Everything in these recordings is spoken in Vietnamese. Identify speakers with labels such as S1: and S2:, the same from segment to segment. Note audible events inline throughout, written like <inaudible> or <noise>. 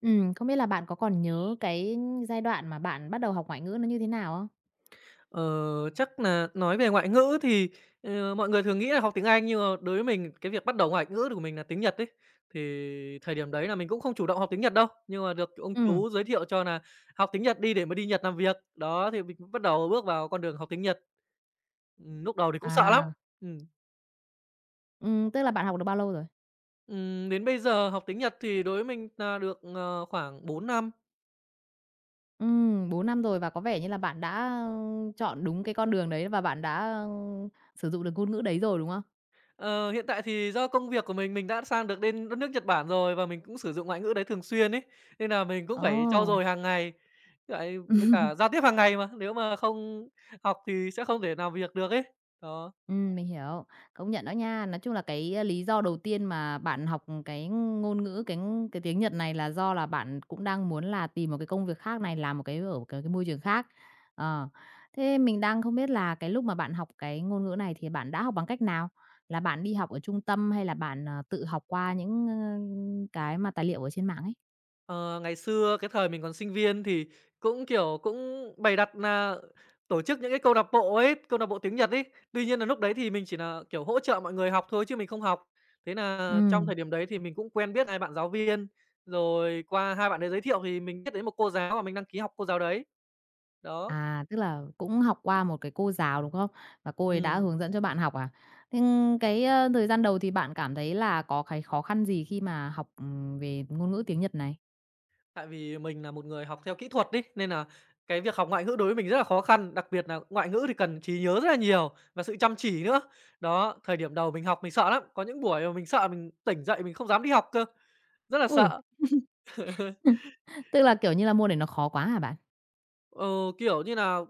S1: Không biết là bạn có còn nhớ cái giai đoạn mà bạn bắt đầu học ngoại ngữ nó như thế nào không?
S2: Ờ, chắc nà nói về ngoại ngữ thì, mọi người thường nghĩ là học tiếng Anh, nhưng mà đối với mình cái việc bắt đầu ngoại ngữ của mình nà tiếng Nhật ấy. Thì thời điểm đấy là mình cũng không chủ động học tiếng Nhật đâu, nhưng mà được ông
S1: Ừm.
S2: chú giới thiệu cho nà học tiếng Nhật đi để mà đi Nhật làm việc. Đó, thì mình cũng bắt đầu bước vào con đường học tiếng Nhật. Núc đầu thì cũng sợ lắm.
S1: À,
S2: Ừm,
S1: tức là bạn học được bao lâu rồi?
S2: đến bây giờ học tiếng Nhật thì đối với mình nà được, khoảng 4 năm.
S1: 4 năm rồi và có vẻ như là bạn đã, ơ, chọn đúng cái con đường đấy và bạn đã, ơ, sử dụng được ngôn ngữ đấy rồi, đúng không?
S2: Ờ, hiện tại thì do công việc của mình đã sang được đến đất nước Nhật Bản rồi và mình cũng sử dụng ngoại ngữ đấy thường xuyên ấy, nên là mình cũng phải trau
S1: Ồ.
S2: dồi hàng ngày, lại với cả giao tiếp hàng ngày mà, nếu mà không học thì sẽ không thể nào việc được ấy. Đó.
S1: Mình hiểu, công nhận đó nha. Nói chung là cái, a, lý do đầu tiên mà bạn học cái ngôn ngữ, cái tiếng Nhật này là do là bạn cũng đang muốn là tìm một cái công việc khác này, làm một cái ở cái môi trường khác. Ờ, thế mình đang không biết là cái lúc mà bạn học cái ngôn ngữ này thì bạn đã học bằng cách nào? Là bạn đi học ở trung tâm hay là bạn, ờ, tự học qua những, ơ, cái mà tài liệu ở trên mạng ấy?
S2: Ờ, ngày xưa cái thời mình còn sinh viên thì cũng, kiểu, bày đặt là tổ chức những cái câu lạc bộ ấy, câu lạc bộ tiếng Nhật ấy. Tuy nhiên là lúc đấy thì mình chỉ là kiểu, hỗ trợ mọi người học thôi chứ mình không học. Thế là trong
S1: Ừm.
S2: thời điểm đấy thì mình cũng quen biết 2 bạn giáo viên, rồi qua 2 bạn đấy giới thiệu thì mình biết đến một cô giáo và mình đăng ký học cô giáo đấy. Đó,
S1: À, tức là cũng học qua một cái cô giáo, đúng không? Và cô ấy đã
S2: ừm.
S1: hướng dẫn cho bạn học à? Thế cái, ơ, thời gian đầu thì bạn cảm thấy là có cái khó khăn gì khi mà học, về ngôn ngữ tiếng Nhật này?
S2: Tại vì mình là một người học theo kỹ thuật đi nên là cái việc học ngoại ngữ đối với mình rất là khó khăn, đặc biệt là ngoại ngữ thì cần trí nhớ rất là nhiều và sự chăm chỉ nữa. Đó, thời điểm đầu mình học mình sợ lắm, có những buổi mà mình sợ mình tỉnh dậy mình không dám đi học cơ, rất là
S1: Ui.
S2: sợ. <laughs>
S1: <laughs> Tức là, kiểu như là, môn này nó khó quá hả bạn?
S2: Ờ, kiểu như là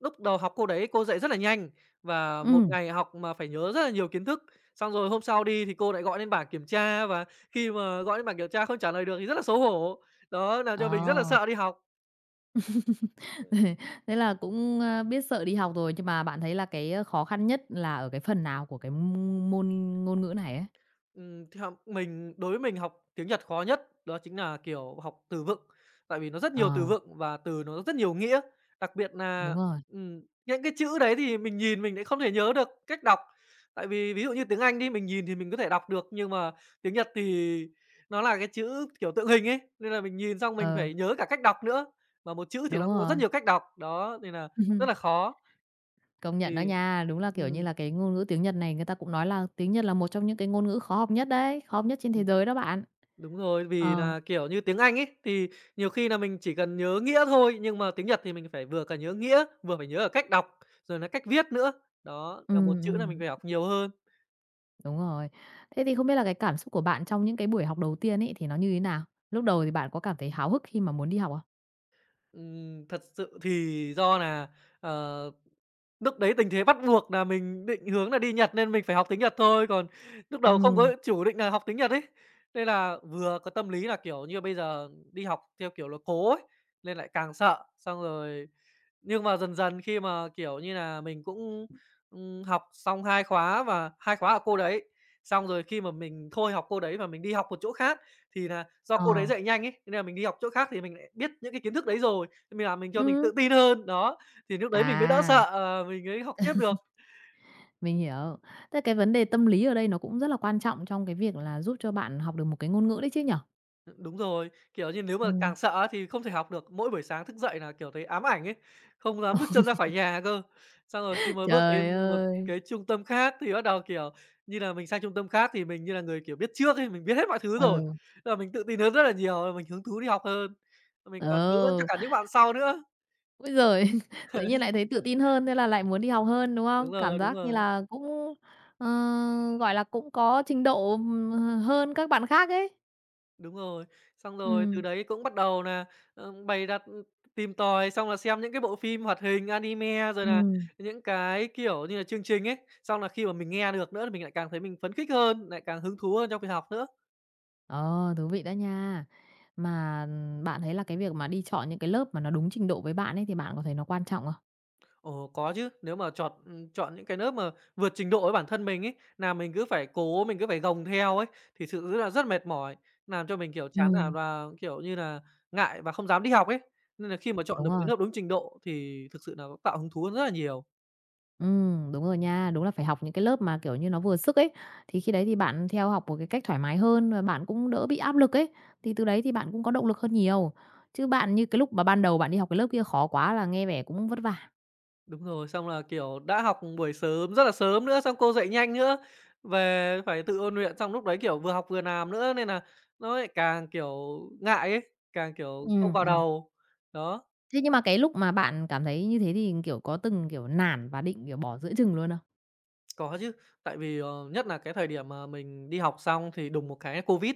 S2: lúc đầu học cô đấy cô dạy rất là nhanh và một
S1: Ừ,
S2: ngày học mà phải nhớ rất là nhiều kiến thức, xong rồi hôm sau đi thì cô lại gọi lên bảng kiểm tra và khi mà gọi lên bảng kiểm tra không trả lời được thì rất là xấu hổ. Đó, làm cho mình rất là
S1: ờ.
S2: sợ đi học.
S1: <laughs> Thế là cũng, ơ, biết sợ đi học rồi, nhưng mà bạn thấy là cái ờ, khó khăn nhất là ở cái phần nào của cái môn ngôn ngữ này ấy?
S2: Theo mình đối với mình học tiếng Nhật khó nhất đó chính là, kiểu, học từ vựng, tại vì nó rất nhiều từ
S1: Ờ,
S2: vựng và từ nó rất nhiều nghĩa. Đặc biệt
S1: đúng
S2: là
S1: rồi,
S2: những cái chữ đấy thì mình nhìn mình lại không thể nhớ được cách đọc, tại vì ví dụ như tiếng Anh đi, mình nhìn thì mình có thể đọc được, nhưng mà tiếng Nhật thì nó là cái chữ, kiểu, tượng hình ấy, nên là mình nhìn xong mình
S1: ờ,
S2: phải nhớ cả cách đọc nữa, mà một chữ thì
S1: đúng
S2: nó cũng có
S1: rồi.
S2: rất nhiều cách đọc, đó, nên là rất là
S1: <laughs>
S2: khó.
S1: Công nhận đó
S2: Thì
S1: nha, đúng là, kiểu như
S2: ừm,
S1: là, cái ngôn ngữ tiếng Nhật này người ta cũng nói là tiếng Nhật là một trong những cái ngôn ngữ khó học nhất đấy, khó học nhất trên thế
S2: ừm.
S1: giới đó bạn.
S2: Đúng rồi, vì
S1: Ờ,
S2: là kiểu như, tiếng Anh ấy, thì nhiều khi là mình chỉ cần nhớ nghĩa thôi, nhưng mà tiếng Nhật thì mình phải vừa cả nhớ nghĩa, vừa phải nhớ cả cách đọc, rồi là cách viết nữa. Đó, là
S1: ừm,
S2: một chữ là mình
S1: ừm,
S2: phải học nhiều hơn.
S1: đúng rồi. Thế thì không biết là cái cảm xúc của bạn trong những cái buổi học đầu tiên ấy thì nó như thế nào? Lúc đầu thì bạn có cảm thấy háo hức khi mà muốn đi học không?
S2: Thật sự thì do là ờ, núc đấy tình thế bắt buộc là mình định hướng là đi Nhật nên mình phải học tiếng Nhật thôi, còn lúc
S1: Ừ.
S2: đầu không có chủ định là học tiếng Nhật ấy. Nên là vừa có tâm lý là, kiểu như, bây giờ đi học theo kiểu là cố ấy, nên lại càng sợ, xong rồi. Nhưng mà dần dần khi mà, kiểu như là mình cũng, học xong 2 khóa và 2 khóa ở cô đấy, xong rồi khi mà mình thôi học cô đấy và mình đi học một chỗ khác thì là do
S1: Ờ.
S2: cô đấy dạy nhanh ấy, nên là mình đi học chỗ khác thì mình lại biết những cái kiến thức đấy rồi, nên mình làm mình cho mình
S1: Ừ.
S2: tự tin hơn. Đó, thì lúc đấy mình mới đỡ
S1: À,
S2: sợ, mình mới học tiếp được.
S1: mình hiểu. Thế cái vấn đề tâm lý ở đây nó cũng rất là quan trọng trong cái việc là giúp cho bạn học được một cái ngôn ngữ đấy chứ nhở?
S2: Đúng rồi, kiểu như, nếu mà
S1: Ừm.
S2: càng sợ á thì không thể học được. Mỗi buổi sáng thức dậy là kiểu, thấy ám ảnh ấy, không dám bước
S1: <laughs>
S2: chân ra khỏi nhà cơ. Xong rồi khi mà bước
S1: Trời
S2: đến một
S1: ơi!
S2: cái trung tâm khác thì bắt đầu, kiểu như là, mình sang trung tâm khác thì mình như là người, kiểu, biết trước ấy, mình biết hết mọi thứ rồi,
S1: Ừ,
S2: thế là mình tự tin hơn rất là nhiều, mình hứng thú đi học hơn. Mình còn hướng dẫn cho
S1: ừ.
S2: cả những bạn sau nữa.
S1: Ôi giời! <laughs> Tự nhiên lại
S2: <laughs>
S1: thấy tự tin hơn, thế là lại muốn đi học hơn, đúng không?
S2: Đúng
S1: Cảm
S2: rồi, đúng
S1: giác như
S2: rồi.
S1: là cũng, ờ, gọi là, cũng có trình độ, hơn các bạn khác ấy.
S2: Đúng rồi, xong rồi từ
S1: Ừm,
S2: đấy cũng bắt đầu nà, bày đặt, tìm tòi xong là xem những cái bộ phim hoạt hình, anime rồi nà
S1: ừm.
S2: những cái, kiểu như là, chương trình ấy. Xong là khi mà mình nghe được nữa thì mình lại càng thấy mình phấn khích hơn, lại càng hứng thú hơn trong việc học nữa.
S1: Ờ, thú vị đó nha. Mà bạn thấy là cái việc mà đi chọn những cái lớp mà nó đúng trình độ với bạn ấy thì bạn có thấy nó quan trọng không?
S2: Ồ, có chứ, nếu mà chọn chọn những cái lớp mà vượt trình độ với bản thân mình ấy, nà mình cứ phải cố, mình cứ phải gồng theo ấy, thì sự rất là rất mệt mỏi, làm cho mình, kiểu, chán nản
S1: Ừm,
S2: và, kiểu như nà, ngại và không dám đi học ấy. Nên là khi mà chọn
S1: đúng
S2: được một cái
S1: rồi.
S2: lớp đúng trình độ thì thực sự nà nó tạo hứng thú hơn rất là nhiều.
S1: Ừ, đúng rồi nha. Đúng là phải học những cái lớp mà, kiểu như, nó vừa sức ấy, thì khi đấy thì bạn theo học một cái cách thoải mái hơn và bạn cũng đỡ bị áp lực ấy, thì từ đấy thì bạn cũng có động lực hơn nhiều. Chứ bạn như cái lúc mà ban đầu bạn đi học cái lớp kia khó quá là nghe vẻ cũng vất vả.
S2: Đúng rồi, xong là, kiểu, đã học buổi sớm rất là sớm nữa, xong cô dạy nhanh nữa, về phải tự ôn luyện, xong lúc đấy, kiểu, vừa học vừa làm nữa nên là nó lại càng, kiểu, ngại ấy, càng,
S1: Ừ,
S2: kiểu, không vào
S1: ừm.
S2: đầu. Đó.
S1: Thế nhưng mà cái lúc mà bạn cảm thấy như thế thì, kiểu, có từng, kiểu, nản và định, kiểu, bỏ giữa chừng luôn không?
S2: Có chứ, tại vì, nhất là cái thời điểm mà mình đi học xong thì đùng một cái Covid,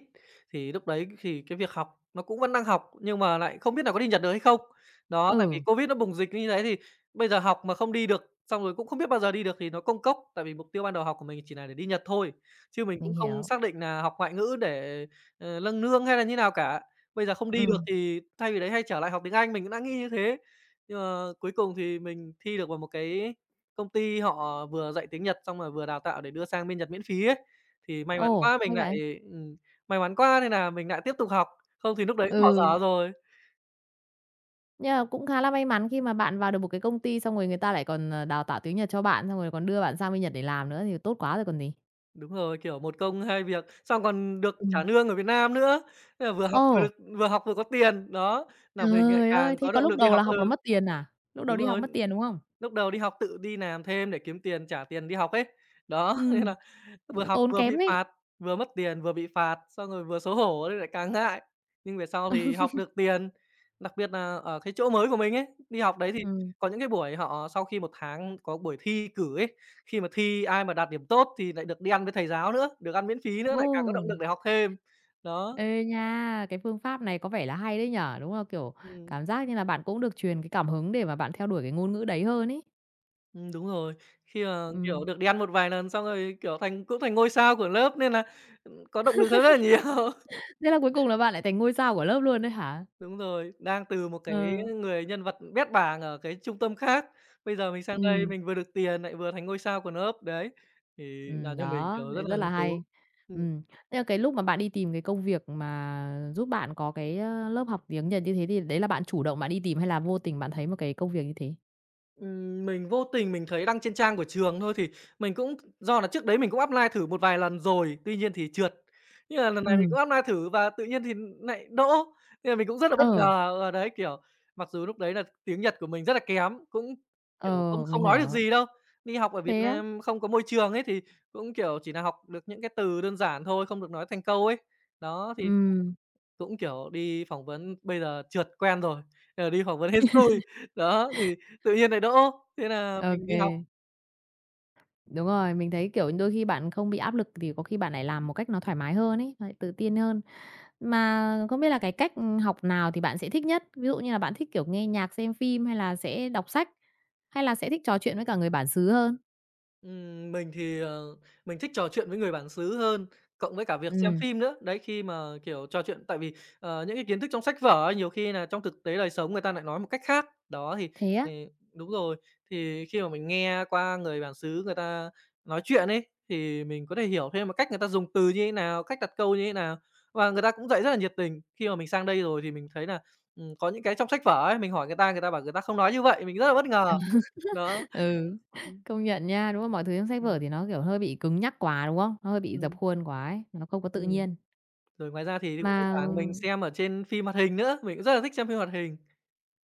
S2: thì lúc đấy thì cái việc học nó cũng vẫn đang học, nhưng mà lại không biết là có đi Nhật được hay không. Đó, tại vì
S1: Ừ,
S2: Covid nó bùng dịch như thế thì bây giờ học mà không đi được, xong rồi cũng không biết bao giờ đi được thì nó công cốc, tại vì mục tiêu ban đầu học của mình chỉ là để đi Nhật thôi, chứ mình
S1: mình
S2: cũng không
S1: hiểu.
S2: xác định là học ngoại ngữ để, nâng nương hay là như nào cả. Bây giờ không
S1: Ừ.
S2: đi được thì thay vì đấy hay trở lại học tiếng Anh, mình cũng đã nghĩ như thế. Nhưng mà cuối cùng thì mình thi được vào một cái công ty họ vừa dạy tiếng Nhật xong rồi vừa đào tạo để đưa sang bên Nhật miễn phí ấy, thì
S1: Ồ, hay vậy!
S2: may mắn quá nên là mình lại tiếp tục học, không thì lúc đấy cũng bỏ
S1: Ừ,
S2: dở rồi.
S1: nhưng mà cũng khá là may mắn khi mà bạn vào được một cái công ty xong rồi người ta lại còn, ờ, đào tạo tiếng Nhật cho bạn, xong rồi còn đưa bạn sang bên Nhật để làm nữa thì tốt quá rồi còn gì.
S2: Đúng rồi, kiểu, một công hai việc, xong còn được trả
S1: Ừm.
S2: lương ở Việt Nam nữa, thế là
S1: Ồ,
S2: vừa học vừa có tiền, đó, là mình lại
S1: trời ơi!
S2: càng
S1: Thế
S2: có
S1: có
S2: động
S1: lúc
S2: lực đi
S1: đầu là
S2: học
S1: học là
S2: hơn.
S1: mất tiền à? Lúc đầu
S2: Đúng
S1: đi học
S2: rồi,
S1: mất tiền, đúng không?
S2: lúc đầu đi học tự đi làm thêm để kiếm tiền, trả tiền đi học ấy, đó, <laughs> nên
S1: Ừm,
S2: là vừa
S1: cũng
S2: học
S1: tốn
S2: vừa bị
S1: kém đấy.
S2: phạt, vừa mất tiền, vừa bị phạt, xong rồi vừa xấu hổ nên lại càng ngại. Nhưng về sau thì
S1: <laughs>
S2: học được tiền, đặc biệt là ở cái chỗ mới của mình ấy, đi học đấy thì
S1: Ừm.
S2: có những cái buổi họ sau khi một tháng có buổi thi cử ấy, khi mà thi ai mà đạt điểm tốt thì lại được đi ăn với thầy giáo nữa, được ăn miễn phí nữa, lại càng có động
S1: Ồ!
S2: lực để học thêm. Đó,
S1: Ê nha, cái phương pháp này có vẻ là hay đấy nhỉ? Đúng là, kiểu,
S2: ừm,
S1: cảm giác như là bạn cũng được truyền cái cảm hứng để mà bạn theo đuổi cái ngôn ngữ đấy hơn ấy.
S2: đúng rồi. Khi mà, kiểu,
S1: Ừm.
S2: được đi ăn một vài lần xong rồi, kiểu, cũng thành ngôi sao của lớp nên là, có động lực hơn rất là nhiều.
S1: Thế là cuối cùng là bạn lại thành ngôi sao của lớp luôn đấy hả?
S2: Đúng rồi, đang từ một
S1: Ờ,
S2: cái người nhân vật bét bảng ở cái trung tâm khác, bây giờ mình sang đây
S1: ừm.
S2: mình vừa được tiền, lại vừa thành ngôi sao của nó up, đấy, thì làm cho mình,
S1: Đó,
S2: kiểu, rất
S1: đấy
S2: là
S1: rất là
S2: hứng thú.
S1: hay. Ừm, nhưng mà cái lúc mà bạn đi tìm cái công việc mà giúp bạn có cái, ơ, lớp học tiếng Nhật như thế thì đấy là bạn chủ động bạn đi tìm hay là vô tình bạn thấy một cái công việc như thế?
S2: Mình vô tình mình thấy đăng trên trang của trường thôi, thì mình cũng do là trước đấy mình cũng apply thử một vài lần rồi, tuy nhiên thì trượt. Nhưng mà lần này mình
S1: Ừm,
S2: cũng apply thử và tự nhiên thì nại đỗ, nên là mình cũng rất là bất
S1: ờ,
S2: ngờ. Ờ, đấy, kiểu, mặc dù lúc đấy là tiếng Nhật của mình rất là kém, cũng, kiểu, không
S1: ờ,
S2: không
S1: mình
S2: nói được
S1: hiểu.
S2: gì đâu. Đi học ở Việt
S1: Thế á?
S2: Nam không có môi trường ấy, thì cũng, kiểu, chỉ nà học được những cái từ đơn giản thôi, không được nói thành câu ấy. Đó, thì
S1: Ừm,
S2: cũng, kiểu, đi phỏng vấn bây giờ trượt quen rồi, bây giờ đi phỏng vấn hết xui. Đó, thì tự nhiên lại đỗ, thế là
S1: ô
S2: mình đi
S1: kê.
S2: học.
S1: Đúng rồi, mình thấy, kiểu, đôi khi bạn không bị áp lực thì có khi bạn lại làm một cách nó thoải mái hơn ấy, lại tự tin hơn. Mà không biết là cái cách, học nào thì bạn sẽ thích nhất? Ví dụ như là bạn thích, kiểu, nghe nhạc, xem phim hay là sẽ đọc sách, hay là sẽ thích trò chuyện với cả người bản xứ hơn?
S2: Mình thì, mình thích trò chuyện với người bản xứ hơn, cộng với cả việc xem
S1: Ừ.
S2: phim nữa. Đấy, khi mà, kiểu, trò chuyện tại vì, những cái kiến thức trong sách vở ấy, nhiều khi là trong thực tế đời sống người ta lại nói một cách khác. Đó, thì
S1: Thế á?
S2: thì đúng rồi, thì khi mà mình nghe qua người bản xứ người ta nói chuyện ấy, thì mình có thể hiểu thêm một cách người ta dùng từ như thế nào, cách đặt câu như thế nào. Và người ta cũng dạy rất là nhiệt tình. Khi mà mình sang đây rồi thì mình thấy là có những cái trong sách vở ấy, mình hỏi người ta bảo người ta không nói như vậy, mình rất là bất ngờ. Đó.
S1: <laughs> Ừ,
S2: Ừm,
S1: công nhận nha, đúng không? Mọi thứ trong sách vở
S2: ừm,
S1: thì nó, kiểu, hơi bị cứng nhắc quá, đúng không? Nó hơi bị dập
S2: ừm,
S1: khuôn quá ấy, nó không có tự
S2: ừm.
S1: nhiên.
S2: Rồi ngoài ra thì cũng thi
S1: Mà
S2: thoảng mình xem ở trên phim hoạt hình nữa, mình cũng rất là thích xem phim hoạt hình.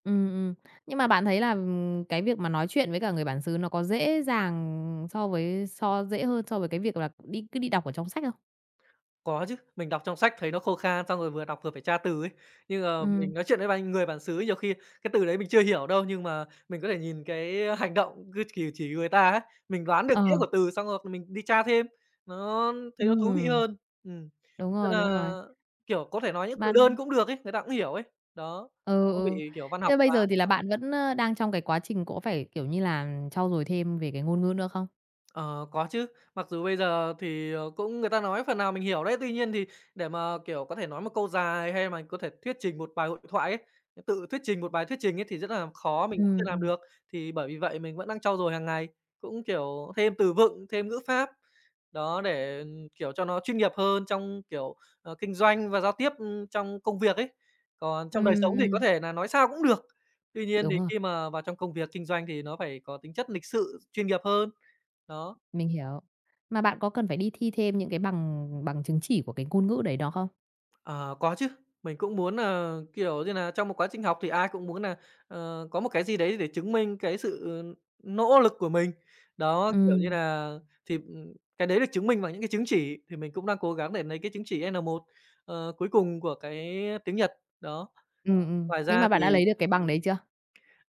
S1: ừm, ừm, nhưng mà bạn thấy là, cái việc mà nói chuyện với cả người bản xứ nó có dễ dàng so dễ hơn so với cái việc là đi đọc ở trong sách không?
S2: Có chứ, mình đọc trong sách thấy nó khô khan, xong rồi vừa đọc vừa phải tra từ ấy. Nhưng
S1: Ừ,
S2: mà mình nói chuyện với bạn người bản xứ nhiều khi cái từ đấy mình chưa hiểu đâu, nhưng mà mình có thể nhìn cái hành động cứ chỉ người ta ấy, mình đoán được nghĩa
S1: ờ,
S2: của từ xong rồi mình đi tra thêm, thấy nó thú vị
S1: ừm,
S2: hơn. Ừm,
S1: đúng
S2: nên
S1: rồi, đúng rồi.
S2: là, kiểu, có thể nói những từ đơn
S1: Bạn
S2: cũng được ấy, người ta cũng hiểu ấy. Đó,
S1: ừ,
S2: không
S1: ừ.
S2: bị, kiểu, văn học
S1: Thế bây
S2: quá.
S1: giờ thì là bạn vẫn, ơ, đang trong cái quá trình có phải, kiểu như là, trau dồi thêm về cái ngôn ngữ nữa không?
S2: Ờ, có chứ. Mặc dù bây giờ thì, cũng người ta nói phần nào mình hiểu đấy, tuy nhiên thì để mà, kiểu, có thể nói một câu dài hay mà có thể thuyết trình một bài hội thoại ấy, tự thuyết trình một bài thuyết trình ấy thì rất là khó,
S1: Ừ,
S2: mình chưa làm
S1: ừm.
S2: được. Thì bởi vì vậy mình vẫn đang trau dồi hàng ngày, cũng, kiểu, thêm từ vựng, thêm ngữ pháp, đó, để, kiểu, cho nó chuyên nghiệp hơn trong, kiểu, kinh doanh và giao tiếp, trong công việc ấy. Còn trong đời sống
S1: Ừm,
S2: thì có
S1: ừm,
S2: thể là nói sao cũng được, tuy nhiên
S1: đúng
S2: thì
S1: rồi.
S2: khi mà vào trong công việc kinh doanh thì nó phải có tính chất lịch sự, chuyên nghiệp hơn, đó.
S1: Mình hiểu. Mà bạn có cần phải đi thi thêm những cái bằng bằng chứng chỉ của cái ngôn ngữ đấy đó không?
S2: Ờ, có chứ. Mình cũng muốn là kiểu như là trong một quá trình học thì ai cũng muốn là có một cái gì đấy để chứng minh cái sự nỗ lực của mình. Đó, kiểu như
S1: Ừm,
S2: là thì, cái đấy được chứng minh bằng những cái chứng chỉ, thì mình cũng đang cố gắng để lấy cái chứng chỉ N1, ờ, cuối cùng của cái tiếng Nhật, đó. Ngoài
S1: Nhưng mà
S2: ra
S1: bạn đã
S2: thì
S1: lấy được cái bằng đấy chưa?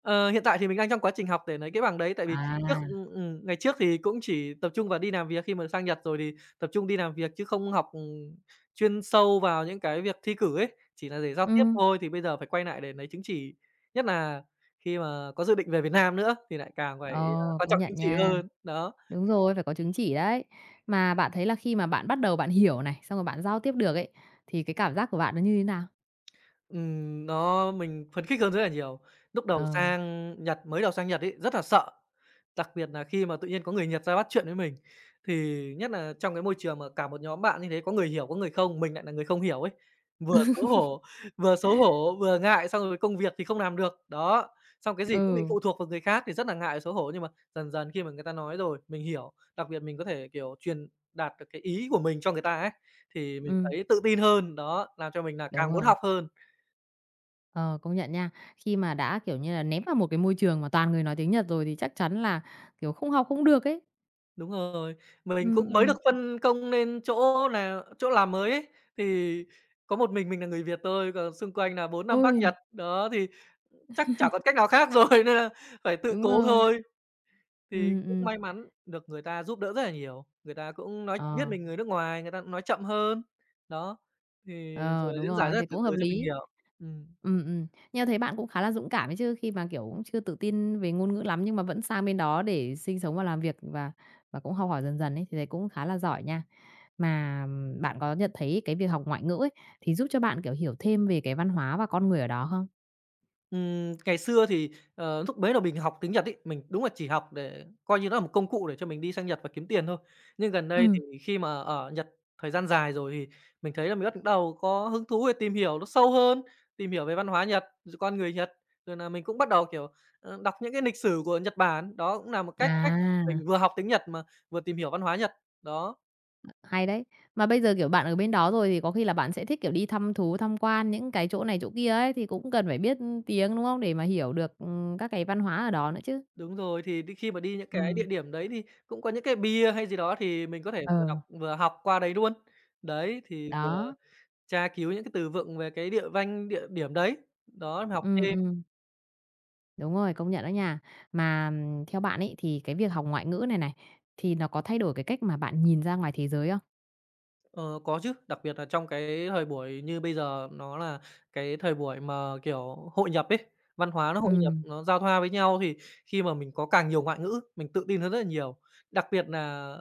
S2: ờ, hiện tại thì mình đang trong quá trình học để lấy cái bằng đấy, tại vì trước
S1: À,
S2: ngày trước thì cũng chỉ tập trung vào đi làm việc, khi mà sang Nhật rồi thì tập trung đi làm việc chứ không học, chuyên sâu vào những cái việc thi cử ấy, chỉ là để giao tiếp
S1: ừm,
S2: thôi. Thì bây giờ phải quay lại để lấy chứng chỉ, nhất là khi mà có dự định về Việt Nam nữa thì lại càng phải,
S1: ờ,
S2: quan
S1: công
S2: trọng
S1: nhận
S2: chứng chỉ
S1: nha.
S2: hơn. Đó.
S1: Đúng rồi, phải có chứng chỉ đấy. Mà bạn thấy là khi mà bạn bắt đầu bạn hiểu này, xong rồi bạn giao tiếp được ấy, thì cái cảm giác của bạn nó như thế nào?
S2: Nó mình phấn khích hơn rất là nhiều. Lúc đầu
S1: Ờ,
S2: sang Nhật Mới đầu sang Nhật ấy, rất là sợ, đặc biệt là khi mà tự nhiên có người Nhật ra bắt chuyện với mình. Thì nhất là trong cái môi trường mà cả một nhóm bạn như thế, có người hiểu, có người không, mình lại là người không hiểu ấy, vừa xấu hổ vừa xấu hổ, vừa ngại, xong rồi công việc thì không làm được. Đó, xong cái gì cũng bị
S1: ừ,
S2: phụ thuộc vào người khác thì rất là ngại xấu hổ, nhưng mà dần dần khi mà người ta nói rồi, mình hiểu, đặc biệt mình có thể, kiểu, truyền đạt được cái ý của mình cho người ta ấy, thì mình
S1: ừm,
S2: thấy tự tin hơn, đó, làm cho mình là
S1: đúng
S2: càng muốn
S1: rồi.
S2: học hơn.
S1: Ờ, công nhận nha. Khi mà đã, kiểu như là, ném vào một cái môi trường mà toàn người nói tiếng Nhật rồi thì chắc chắn là, kiểu, không học không được ấy.
S2: Đúng rồi,
S1: Ừ,
S2: mình cũng mới
S1: ừm.
S2: được phân công lên chỗ làm mới ấy, thì có một mình là người Việt thôi, còn xung quanh là 4 năm bác
S1: Ôi,
S2: Nhật, đó, thì chắc chả còn cách nào khác rồi <laughs> nên là phải tự
S1: đúng
S2: cố
S1: rồi.
S2: thôi. Thì
S1: Ừm,
S2: cũng
S1: ừm,
S2: may mắn được người ta giúp đỡ rất là nhiều, người ta cũng nói biết
S1: ờ,
S2: mình người nước ngoài, người ta cũng nói chậm hơn, đó, thì
S1: ờ,
S2: rồi
S1: đúng
S2: diễn giải
S1: rồi,
S2: rất là
S1: thế
S2: từ
S1: cũng hợp
S2: từ cho mình
S1: lý.
S2: hiểu. Ừm.
S1: Ừm, ừm, nhưng mà thấy bạn cũng khá là dũng cảm ấy chứ, khi mà, kiểu, cũng chưa tự tin về ngôn ngữ lắm nhưng mà vẫn sang bên đó để sinh sống và làm việc và cũng học hỏi dần dần ấy, thì thấy cũng khá là giỏi nha. Mà bạn có nhận thấy cái việc học ngoại ngữ ấy, thì giúp cho bạn, kiểu, hiểu thêm về cái văn hóa và con người ở đó không?
S2: Ngày xưa thì, lúc bấy là mình học tiếng Nhật ý mình đúng là chỉ học để coi như nó là một công cụ để cho mình đi sang Nhật và kiếm tiền thôi. Nhưng gần đây
S1: Ừm.
S2: thì khi mà ở Nhật thời gian dài rồi thì mình thấy là mình bắt đầu có hứng thú để tìm hiểu nó sâu hơn, tìm hiểu về văn hóa Nhật, rồi con người Nhật, rồi là mình cũng bắt đầu, kiểu, đọc những cái lịch sử của Nhật Bản. Đó cũng là một cách cách
S1: À.
S2: mình vừa học tiếng Nhật mà vừa tìm hiểu văn hóa Nhật, đó.
S1: Hay đấy. Mà bây giờ, kiểu, bạn ở bên đó rồi thì có khi là bạn sẽ thích, kiểu, đi thăm thú, tham quan những cái chỗ này chỗ kia ấy, thì cũng cần phải biết tiếng, đúng không? Để mà hiểu được, các cái văn hóa ở đó nữa chứ.
S2: Đúng rồi, thì khi mà đi những cái
S1: Ừm.
S2: địa điểm đấy thì cũng có những cái bia hay gì đó thì mình có thể
S1: Ờ.
S2: vừa đọc vừa học qua đấy luôn. Đấy, thì vừa
S1: Đó.
S2: tra cứu những cái từ vựng về cái địa danh, địa điểm đấy. Đó, mà học
S1: Ừm,
S2: thêm.
S1: ừm. Đúng rồi, công nhận đó nha. Mà, theo bạn ấy, thì cái việc học ngoại ngữ này này, thì nó có thay đổi cái cách mà bạn nhìn ra ngoài thế giới không?
S2: Ờ, có chứ, đặc biệt là trong cái thời buổi như bây giờ nó là cái thời buổi mà, kiểu, hội nhập ấy, văn hóa nó hội nhập,
S1: Ừm,
S2: nó giao thoa với nhau thì khi mà mình có càng nhiều ngoại ngữ, mình tự tin hơn rất là nhiều. Đặc biệt là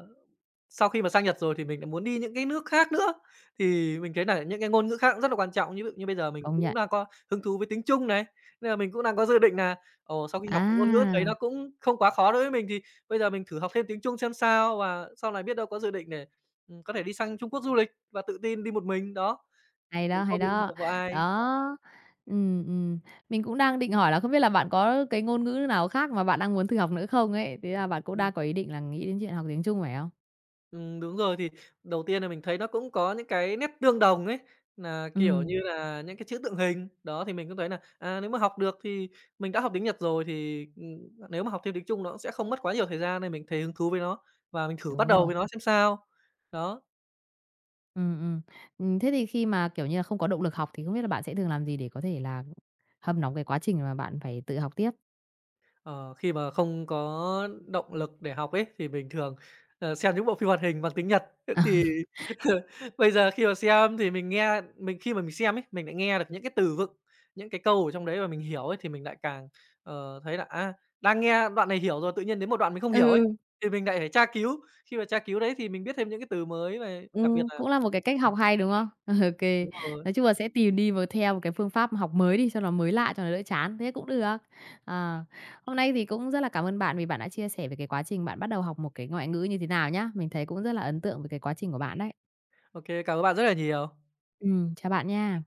S2: sau khi mà sang Nhật rồi thì mình lại muốn đi những cái nước khác nữa, thì mình thấy nà những cái ngôn ngữ khác cũng rất là quan trọng. Như ví dụ như bây giờ mình
S1: công
S2: cũng
S1: nhận.
S2: đang có hứng thú với tiếng Trung này, nên là mình cũng đang có dự định là ồ, sau khi học một ngôn ngữ thấy nó
S1: À!
S2: cũng không quá khó đối với mình thì bây giờ mình thử học thêm tiếng Trung xem sao, và sau này biết đâu có dự định để, có thể đi sang Trung Quốc du lịch và tự tin đi một mình, đó,
S1: Hay đó, hay
S2: không bị phụ
S1: đó.
S2: thuộc vào ai.
S1: Đó. Ừm, ừm. Mình cũng đang định hỏi là không biết là bạn có cái ngôn ngữ nào khác mà bạn đang muốn thử học nữa không ấy? Thế là bạn cũng
S2: Ừ.
S1: đang có ý định là nghĩ đến chuyện học tiếng Trung phải không?
S2: Đúng rồi, thì đầu tiên là mình thấy nó cũng có những cái nét tương đồng ấy, là kiểu
S1: Ừm,
S2: như là, những cái chữ tượng hình. Đó, thì mình cũng thấy là à, nếu mà học được thì mình đã học tiếng Nhật rồi thì, nếu mà học thêm tiếng Trung nó cũng sẽ không mất quá nhiều thời gian nên mình thấy hứng thú với nó và mình thử
S1: đúng
S2: bắt đầu
S1: rồi.
S2: với nó xem sao. Đó.
S1: Ừm, ừm. Thế thì khi mà, kiểu như là, không có động lực học thì không biết là bạn sẽ thường làm gì để có thể là hâm nóng cái quá trình mà bạn phải tự học tiếp?
S2: Ờ, Khi mà không có động lực để học ấy, thì mình thường, xem những bộ phim hoạt hình bằng tiếng Nhật. Thế thì <laughs> bây giờ khi mà xem thì mình khi mà mình xem ấy, mình lại nghe được những cái từ vựng, những cái câu ở trong đấy mà mình hiểu ấy, thì mình lại càng, thấy là, à, đang nghe đoạn này hiểu rồi, tự nhiên đến một đoạn mình không hiểu ấy,
S1: Ừ.
S2: thì mình lại phải tra cứu. Khi mà tra cứu đấy thì mình biết thêm những cái từ mới về đặc biệt là
S1: Cũng là một cái cách học hay, đúng không? <laughs> Ô kê.
S2: đúng rồi.
S1: Nói chung là sẽ tìm đi và theo một cái phương pháp học mới đi cho nó mới lạ, cho nó đỡ chán, thế cũng được. Ờ, hôm nay thì cũng rất là cảm ơn bạn vì bạn đã chia sẻ về cái quá trình bạn bắt đầu học một cái ngoại ngữ như thế nào nhá. Mình thấy cũng rất là ấn tượng về cái quá trình của bạn đấy.
S2: Ô cảm ơn bạn rất là nhiều.
S1: Chào bạn nha.